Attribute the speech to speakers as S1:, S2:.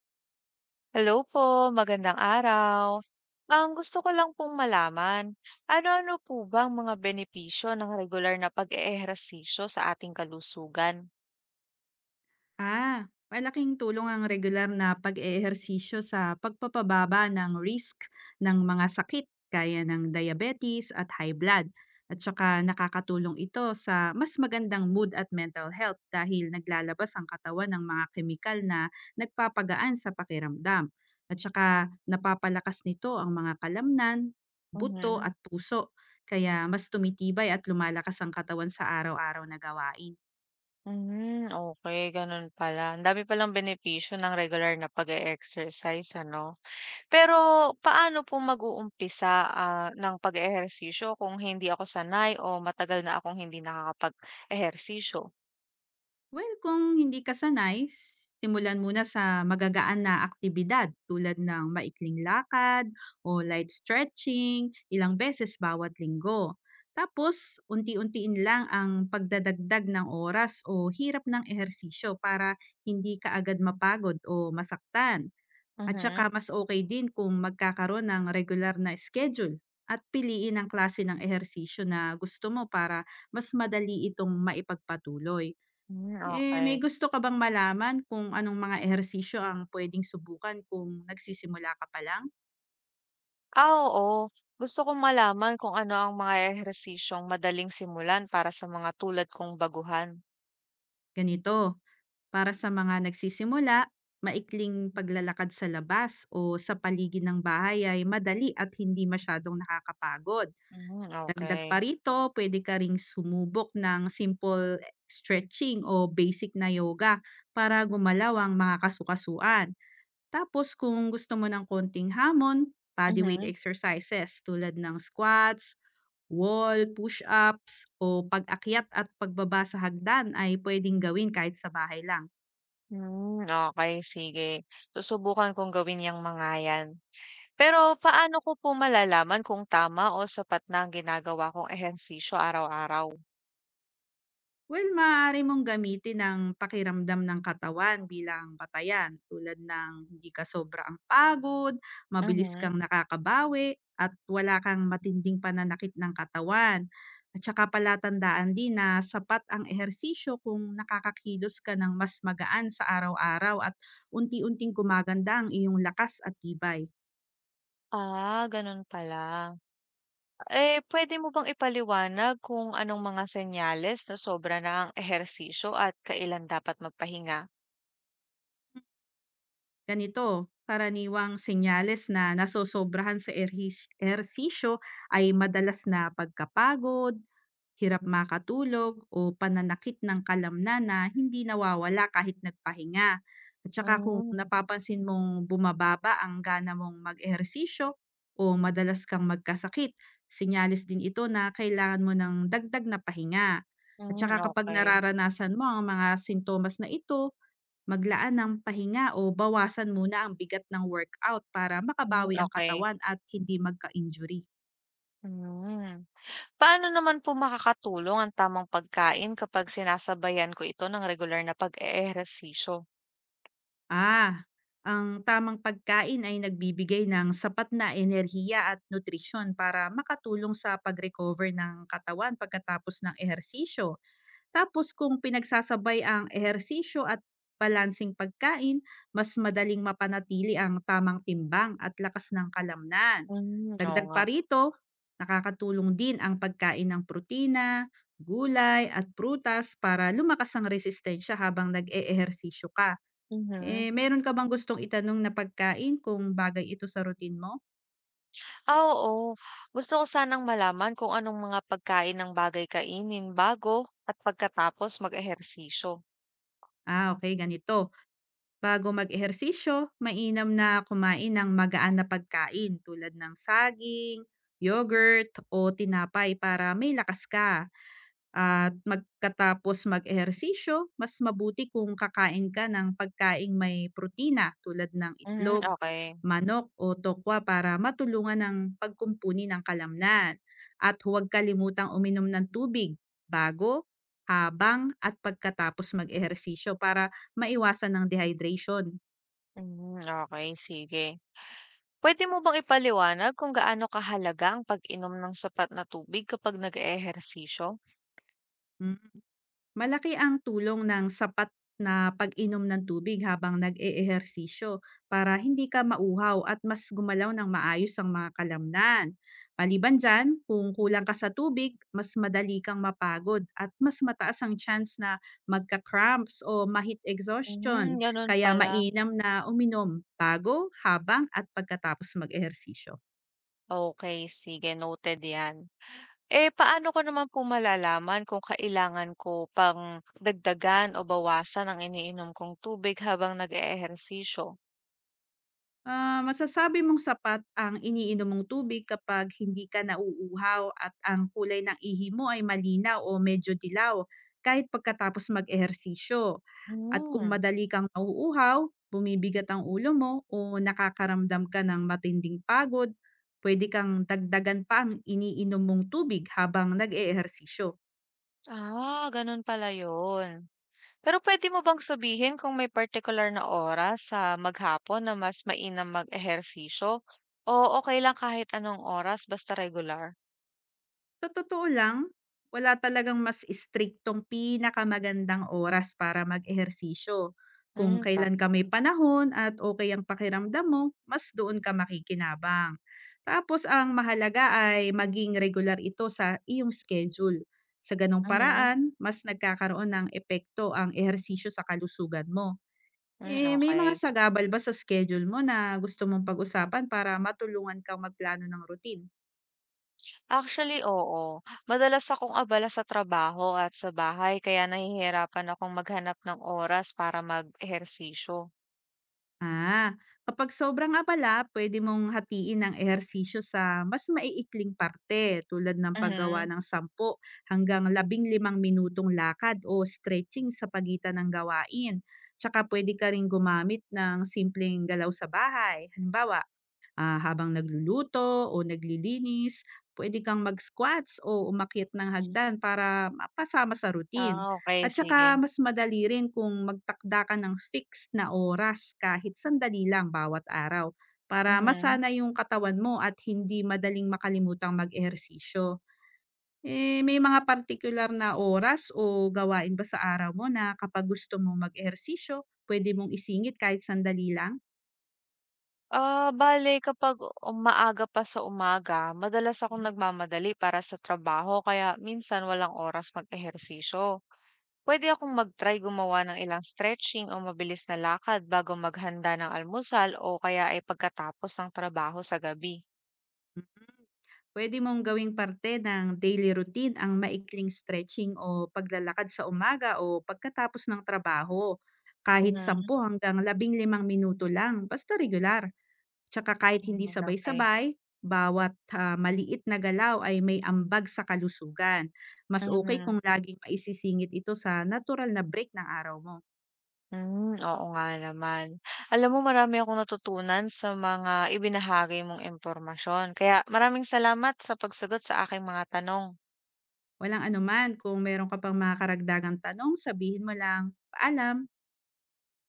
S1: Hello po, magandang araw. Gusto ko lang pong malaman, ano-ano po ba ang mga benepisyo ng regular na pag-eehersisyo sa ating kalusugan?
S2: Malaking tulong ang regular na pag-eehersisyo sa pagpapababa ng risk ng mga sakit kaya ng diabetes at high blood. At saka nakakatulong ito sa mas magandang mood at mental health dahil naglalabas ang katawan ng mga kemikal na nagpapagaan sa pakiramdam. At saka napapalakas nito ang mga kalamnan, buto
S1: Mhm.
S2: at puso. Kaya mas tumitibay at lumalakas ang katawan sa araw-araw na gawain.
S1: Hmm, okay, gano'n pala. Ang dami palang benepisyo ng regular na pag-e-exercise ano. Pero paano po mag-uumpisa, ng pag-eehersisyo kung hindi ako sanay o matagal na akong hindi nakakapag-ehersisyo?
S2: Well, kung hindi ka sanay, simulan muna sa magagaan na aktibidad tulad ng maikling lakad o light stretching ilang beses bawat linggo. Tapos, unti-untiin lang ang pagdadagdag ng oras o hirap ng ehersisyo para hindi ka agad mapagod o masaktan. At
S1: Mhm.
S2: saka mas okay din kung magkakaroon ng regular na schedule at piliin ang klase ng ehersisyo na gusto mo para mas madali itong maipagpatuloy.
S1: Hmm,
S2: Eh, may
S1: okay.
S2: gusto ka bang malaman kung anong mga ehersisyo ang pwedeng subukan kung nagsisimula ka pa lang?
S1: Ah, oo. Gusto kong malaman kung ano ang mga ehersisyong madaling simulan para sa mga tulad kong baguhan.
S2: Ganito, para sa mga nagsisimula, maikling paglalakad sa labas o sa paligid ng bahay ay madali at hindi masyadong nakakapagod.
S1: Mhm,
S2: Dagdag pa
S1: okay.
S2: rito, pwede ka ring sumubok ng simple stretching o basic na yoga para gumalaw ang mga kasukasuan. Tapos kung gusto mo ng konting hamon, bodyweight
S1: Mhm.
S2: exercises tulad ng squats, wall, push-ups, o pag-akyat at pagbaba sa hagdan ay pwedeng gawin kahit sa bahay lang.
S1: Hmm, okey, sige. Susubukan kong gawin yung mga 'yan. Pero paano ko po malalaman kung tama o sapat na ang ginagawa kong ehersisyo araw-araw?
S2: Well, maaari mong gamitin ang pakiramdam ng katawan bilang batayan tulad ng hindi ka sobrang pagod, mabilis
S1: Mhm.
S2: kang nakakabawi, at wala kang matinding pananakit ng katawan. At saka palatandaan din na sapat ang ehersisyo kung nakakakilos ka ng mas magaan sa araw-araw at unti-unting gumaganda ang iyong lakas at tibay.
S1: Ah, gano'n pala. Eh, pwede mo bang ipaliwanag kung anong mga senyales na sobra na ang ehersisyo at kailan dapat magpahinga?
S2: Ganito, karaniwang senyales na nasosobrahan sa ehersisyo ay madalas na pagkapagod, hirap makatulog o pananakit ng kalamnan na hindi nawawala kahit nagpahinga. At saka kung
S1: Hmm.
S2: napapansin mong bumababa ang gana mong mag-ehersisyo o madalas kang magkasakit, sinyalis din ito na kailangan mo ng dagdag na pahinga. At
S1: Hmm,
S2: saka kapag
S1: okey.
S2: nararanasan mo ang mga sintomas na ito, maglaan ng pahinga o bawasan muna ang bigat ng workout para
S1: Hmm,
S2: makabawi ang
S1: okey.
S2: katawan at hindi magka-injury.
S1: Hmm. Paano naman po makakatulong ang tamang pagkain kapag sinasabayan ko ito ng regular na pag-eehersisyo?
S2: Ah, ang tamang pagkain ay nagbibigay ng sapat na enerhiya at nutrisyon para makatulong sa pag-recover ng katawan pagkatapos ng ehersisyo. Tapos kung pinagsasabay ang ehersisyo at balansing pagkain, mas madaling mapanatili ang tamang timbang at lakas ng kalamnan.
S1: Hmm, oo
S2: Dagdag
S1: nga.
S2: pa rito, nakakatulong din ang pagkain ng protina, gulay at prutas para lumakas ang resistensya habang nag-eehersisyo ka. Eh,
S1: Mhm.
S2: meron ka bang gustong itanong na pagkain kung bagay ito sa routine mo?
S1: Ah, oo. Gusto ko sanang malaman kung anong mga pagkain ang bagay kainin bago at pagkatapos mag-ehersisyo.
S2: Ah, okay, ganito. Bago mag-ehersisyo, mainam na kumain ng magaan na pagkain tulad ng saging, yogurt o tinapay para may lakas ka. At magkatapos mag-ehersisyo, mas mabuti kung kakain ka ng pagkaing may protina tulad ng
S1: Mhm,
S2: itlog,
S1: okey.
S2: manok o tokwa para matulungan ng pagkumpuni ng kalamnan. At huwag kalimutang uminom ng tubig bago, habang at pagkatapos mag-ehersisyo para maiwasan ng dehydration.
S1: Hmm, okey, sige. Puwede mo bang ipaliwanag kung gaano kahalaga ang pag-inom ng sapat na tubig kapag nag-eehersisyo?
S2: Hmm, malaki ang tulong ng sapat na pag-inom ng tubig habang nag-eehersisyo para hindi ka mauhaw at mas gumalaw ng maayos ang mga kalamnan. Maliban dyan, kung kulang ka sa tubig, mas madali kang mapagod at mas mataas ang chance na magka-cramps o mahit exhaustion.
S1: Hmm, gano'n
S2: Kaya
S1: pala.
S2: mainam na uminom bago, habang at pagkatapos mag-ehersisyo.
S1: Okay, sige, noted 'yan. Eh, paano ko naman po malalaman kung kailangan ko pang dagdagan o bawasan ang iniinom kong tubig habang nag-eehersisyo?
S2: Masasabi mong sapat ang iniinom mong tubig kapag hindi ka nauuhaw at ang kulay ng ihi mo ay malinaw o medyo dilaw kahit pagkatapos mag-ehersisyo. At kung
S1: Hmm,
S2: madali kang nauuhaw, bumibigat ang ulo mo o nakakaramdam ka ng matinding pagod, pwede kang dagdagan pa ang iniinom mong tubig habang nag-eehersisyo.
S1: ah, gano'n pala 'yun. Pero puwede mo bang sabihin kung may particular na oras sa maghapon na mas mainam mag-ehersisyo o okay lang kahit anong oras basta regular?
S2: Sa totoo lang, wala talagang mas istriktong pinakamagandang oras para mag-ehersisyo. Kung
S1: Hmm,
S2: kailan
S1: tam,
S2: ka may panahon at okay ang pakiramdam mo, mas doon ka makikinabang. Tapos ang mahalaga ay maging regular ito sa iyong schedule. Sa gano'ng
S1: mhm,
S2: paraan, mas nagkakaroon ng epekto ang ehersisyo sa kalusugan mo.
S1: hmm,
S2: Eh, may mga
S1: okey.
S2: sagabal ba sa schedule mo na gusto mong pag-usapan para matulungan kang magplano ng routine?
S1: Actually, oo. Madalas akong abala sa trabaho at sa bahay kaya nahihirapan akong maghanap ng oras para mag-ehersisyo.
S2: Ah, Kapag sobrang abala, pwede mong hatiin ang ehersisyo sa mas maiikling parte tulad ng paggawa
S1: Mhm.
S2: ng 10 hanggang 15 minutong lakad o stretching sa pagitan ng gawain. Tsaka pwede ka rin gumamit ng simpleng galaw sa bahay. Halimbawa, habang nagluluto o naglilinis, pwede kang mag-squats o umakyat ng hagdan para mapasama sa routine.
S1: Ah, okay,
S2: At saka
S1: sige.
S2: mas madali rin kung magtakda ka ng fixed na oras kahit sandali lang bawat araw para
S1: Mhm.
S2: masana yung katawan mo at hindi madaling makalimutang mag-ehersisyo. Eh, may mga particular na oras o gawain ba sa araw mo na kapag gusto mong mag-ehersisyo, pwede mong isingit kahit sandali lang?
S1: Ah, bale kapag maaga pa sa umaga, madalas akong
S2: Mhm.
S1: nagmamadali para sa trabaho kaya minsan walang oras mag-ehersisyo. Pwede akong mag-try gumawa ng ilang stretching o mabilis na lakad bago maghanda ng almusal o kaya ay pagkatapos ng trabaho sa gabi.
S2: Mm. Puwede mong gawing parte ng daily routine ang maikling stretching o paglalakad sa umaga o pagkatapos ng trabaho. Kahit
S1: Mhm,
S2: 10 hanggang 15 minuto lang, basta regular. Tsaka kahit hindi
S1: hmm, okey.
S2: sabay-sabay, bawat maliit na galaw ay may ambag sa kalusugan. Mas okay
S1: Mhm.
S2: kung laging maisisingit ito sa natural na break ng araw mo.
S1: Hmm, oo nga naman. Alam mo, marami akong natutunan sa mga ibinahagi mong impormasyon. Kaya maraming salamat sa pagsagot sa aking mga tanong.
S2: Walang anuman, kung meron ka pang mga karagdagang tanong, sabihin mo lang. Paalam!